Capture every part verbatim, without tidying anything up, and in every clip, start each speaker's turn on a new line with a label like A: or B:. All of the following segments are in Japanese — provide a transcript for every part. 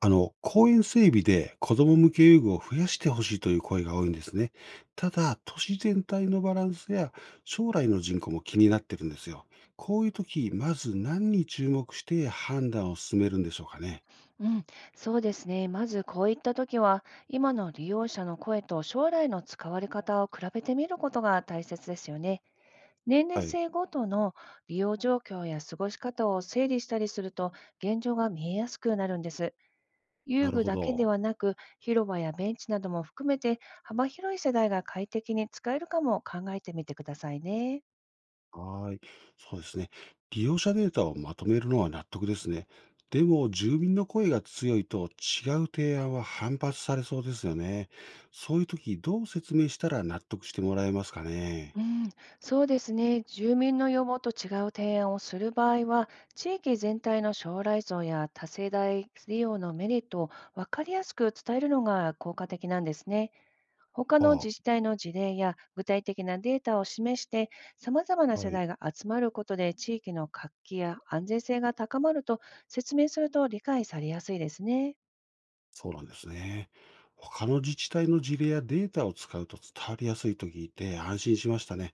A: あの、公園整備で子供向け遊具を増やしてほしいという声が多いんですね。ただ、都市全体のバランスや将来の人口も気になってるんですよ。こういう時、まず何に注目して判断を進めるんでしょうかね。
B: うん、そうですね。まずこういった時は、今の利用者の声と将来の使われ方を比べてみることが大切ですよね。年齢
A: はい。
B: 性ごとの利用状況や過ごし方を整理したりすると、現状が見えやすくなるんです。遊
A: なる
B: 具
A: ほ
B: だけで
A: ど。
B: はなく、広場やベンチなども含めて、幅広い世代が快適に使えるかも考えてみてくださいね。
A: はーい。そうですね。利用者データをまとめるのは納得ですね。でも、住民の声が強いと違う提案は反発されそうですよね。そういう時、どう説明したら納得してもらえますか
B: う
A: ね。
B: ん、そうですね。住民の要望と違う提案をする場合は、地域全体の将来像や多世代利用のメリットを分かりやすく伝えるのが効果的なんですね。他の自
A: ああ、
B: 治体の事例や具体的なデータを示して、様々な世
A: はい、
B: 代が集まることで地域の活気や安全性が高まると説明すると理解されやすいですね。
A: そうなんですね。他の自治体の事例やデータを使うと伝わりやすいと聞いて安心しましたね。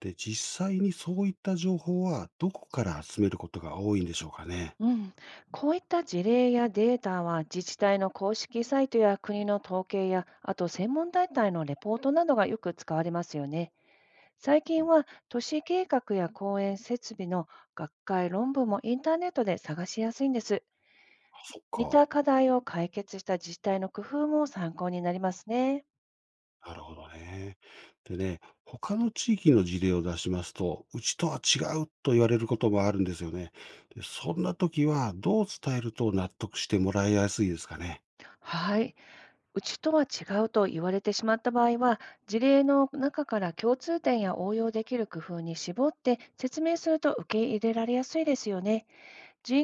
A: で、実際にそういった情報はどこから集めることが多いんでしょうかね。
B: うん、こういった事例やデータは自治体の公式サイトや国の統計や、あと専門団体のレポートなどがよく使われますよね。最
A: お
B: 近
A: あ、
B: は都市計画や公園設備の学会論文もインターネットで探しやすいんです。
A: そっ
B: 似た
A: か。
B: 課題を解決した自治体の工夫も参考になりますね。
A: なるほどね。でね、他の地域の事例を出しますと、うちとは違うと言われることもあるんですよね。で、そんな時はどう伝えると納得してもらいやすいですかね。
B: はい。うちとは違うと言われてしまった場合は、事例の中から共通点や応用できる工夫に絞って説明すると受け入れられやすいですよね。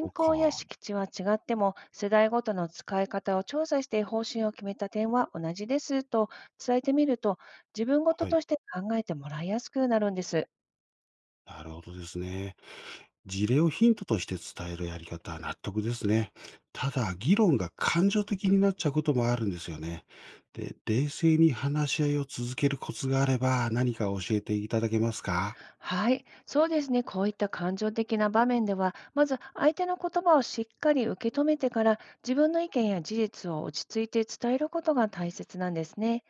A: そう
B: 口や
A: か。
B: 敷地は違っても、世代ごとの使い方を調査して方針を決めた点は同じですと伝えてみると、自分ごと
A: は
B: と
A: い。
B: して考えてもらいやすくなるんです。
A: なるほどですね。事例をヒントとして伝えるやり方は納得ですね。ただ、議論が感情的になっちゃうこともあるんですよね。で、冷静に話し合いを続けるコツがあれば何か教えていただけますか。
B: はい、そうですね。こういった感情的な場面では、まず相手の言葉をしっかり受け止めてから、自分の意見や事実を落ち着いて伝えることが大切なんですね。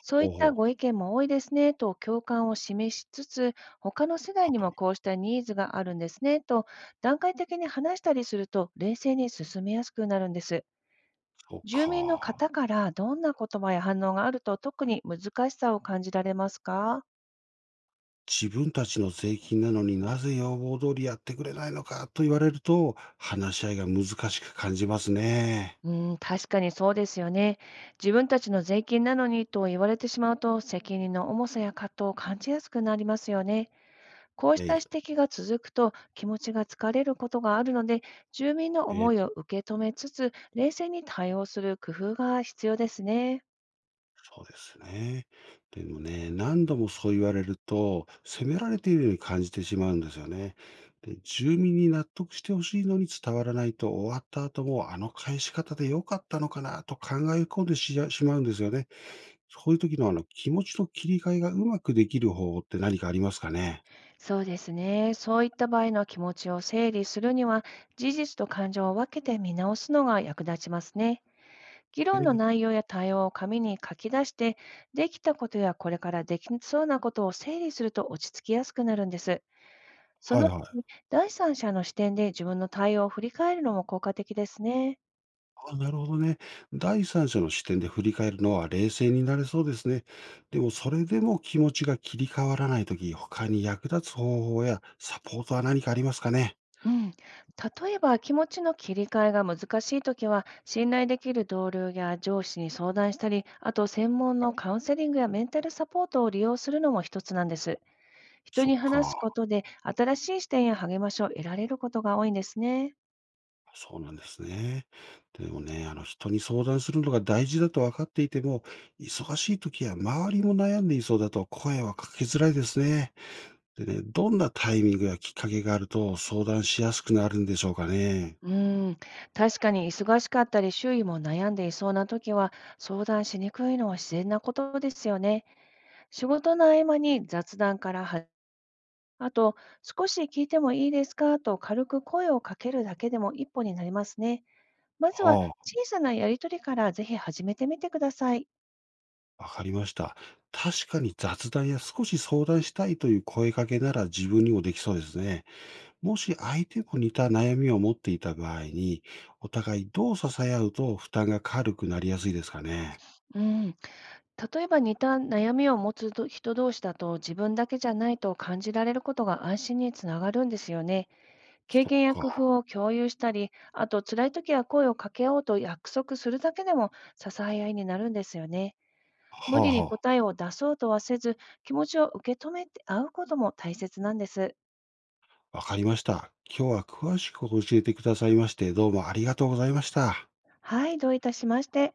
B: そういっ
A: 方
B: た
A: 法。
B: ご意見も多いですねと共感を示しつつ、他の世代
A: は
B: にも
A: い、
B: こうしたニーズがあるんですねと段階的に話したりすると、冷静に進めやすくなるんです。
A: そう
B: 住民の
A: か。
B: 方からどんな言葉や反応があると特に難しさを感じられますか？
A: 自分たちの税金なのになぜ要望通りやってくれないのかと言われると、話し合いが難しく感じますね。
B: うん、確かにそうですよね。自分たちの税金なのにと言われてしまうと、責任の重さや葛藤を感じやすくなりますよね。こうし
A: は
B: た
A: い。
B: 指摘が続くと気持ちが疲れることがあるので、住民の
A: え
B: 思
A: ー
B: いを受け止めつつ、冷静に対応する工夫が必要ですね。
A: そうですね。でもね、何度もそう言われると、責められているように感じてしまうんですよね。で、住民に納得してほしいのに伝わらないと、終わった後も、あの返し方で良かったのかなと考え込んでししまうんですよね。そういう時のあの気持ちの切り替えがうまくできる方法って何かありますかね？
B: そうですね。そういった場合の気持ちを整理するには、事実と感情を分けて見直すのが役立ちますね。議
A: え
B: 論の
A: ー
B: 内容や対応を紙に書き出して、できたことやこれからできそうなことを整理すると落ち着きやすくなるんです。そ
A: はい
B: の後
A: はい。
B: に第三者の視点で自分の対応を振り返るのも効果的ですね。
A: あ、なるほどね。第三者の視点で振り返るのは冷静になれそうですね。でもそれでも気持ちが切り替わらないとき、他に役立つ方法やサポートは何かありますかね。
B: うん、例えば気持ちの切り替えが難しいときは、信頼できる同僚や上司に相談したり、あと専門
A: は
B: の
A: い。
B: カウンセリングやメンタルサポートを利用するのも一つなんです。人
A: そっ
B: に話
A: か。
B: すことで新しい視点や励ましを得られることが多いんですね。
A: そうなんですね。でもね、あの人に相談するのが大事だと分かっていても、忙しい時や周りも悩んでいそうだと声はかけづらいですね。でね、どんなタイミングやきっかけがあると相談しやすくなるんでしょうかね。
B: うん、確かに忙しかったり周囲も悩んでいそうな時は相談しにくいのは自然なことですよね。仕事の合間に雑談からは、あと少し聞いてもいいですかと軽く声をかけるだけでも一歩になりますね。まずは
A: はあ。
B: 小さなやりとりからぜひ始めてみてください。
A: わかりました。確かに雑談や少し相談したいという声かけなら自分にもできそうですね。もし相手も似た悩みを持っていた場合に、お互いどう支え合うと負担が軽くなりやすいですかね。
B: うん、例えば似た悩みを持つど人同士だと自分だけじゃないと感じられることが安心につながるんですよね。経
A: そっ
B: 験や
A: か。
B: 工
A: は
B: 夫を共有したり、あと辛い時は声をかけようと約束するだけでも支え合いになるんですよね。
A: あ
B: 無理に
A: はあ。
B: 答えを出そうとはせず、気持ちを受け止めて会うことも大切なんです。
A: わかりました。今日は詳しく教えてくださいまして、どうもありがとうございました。
B: はい、どういたしまして。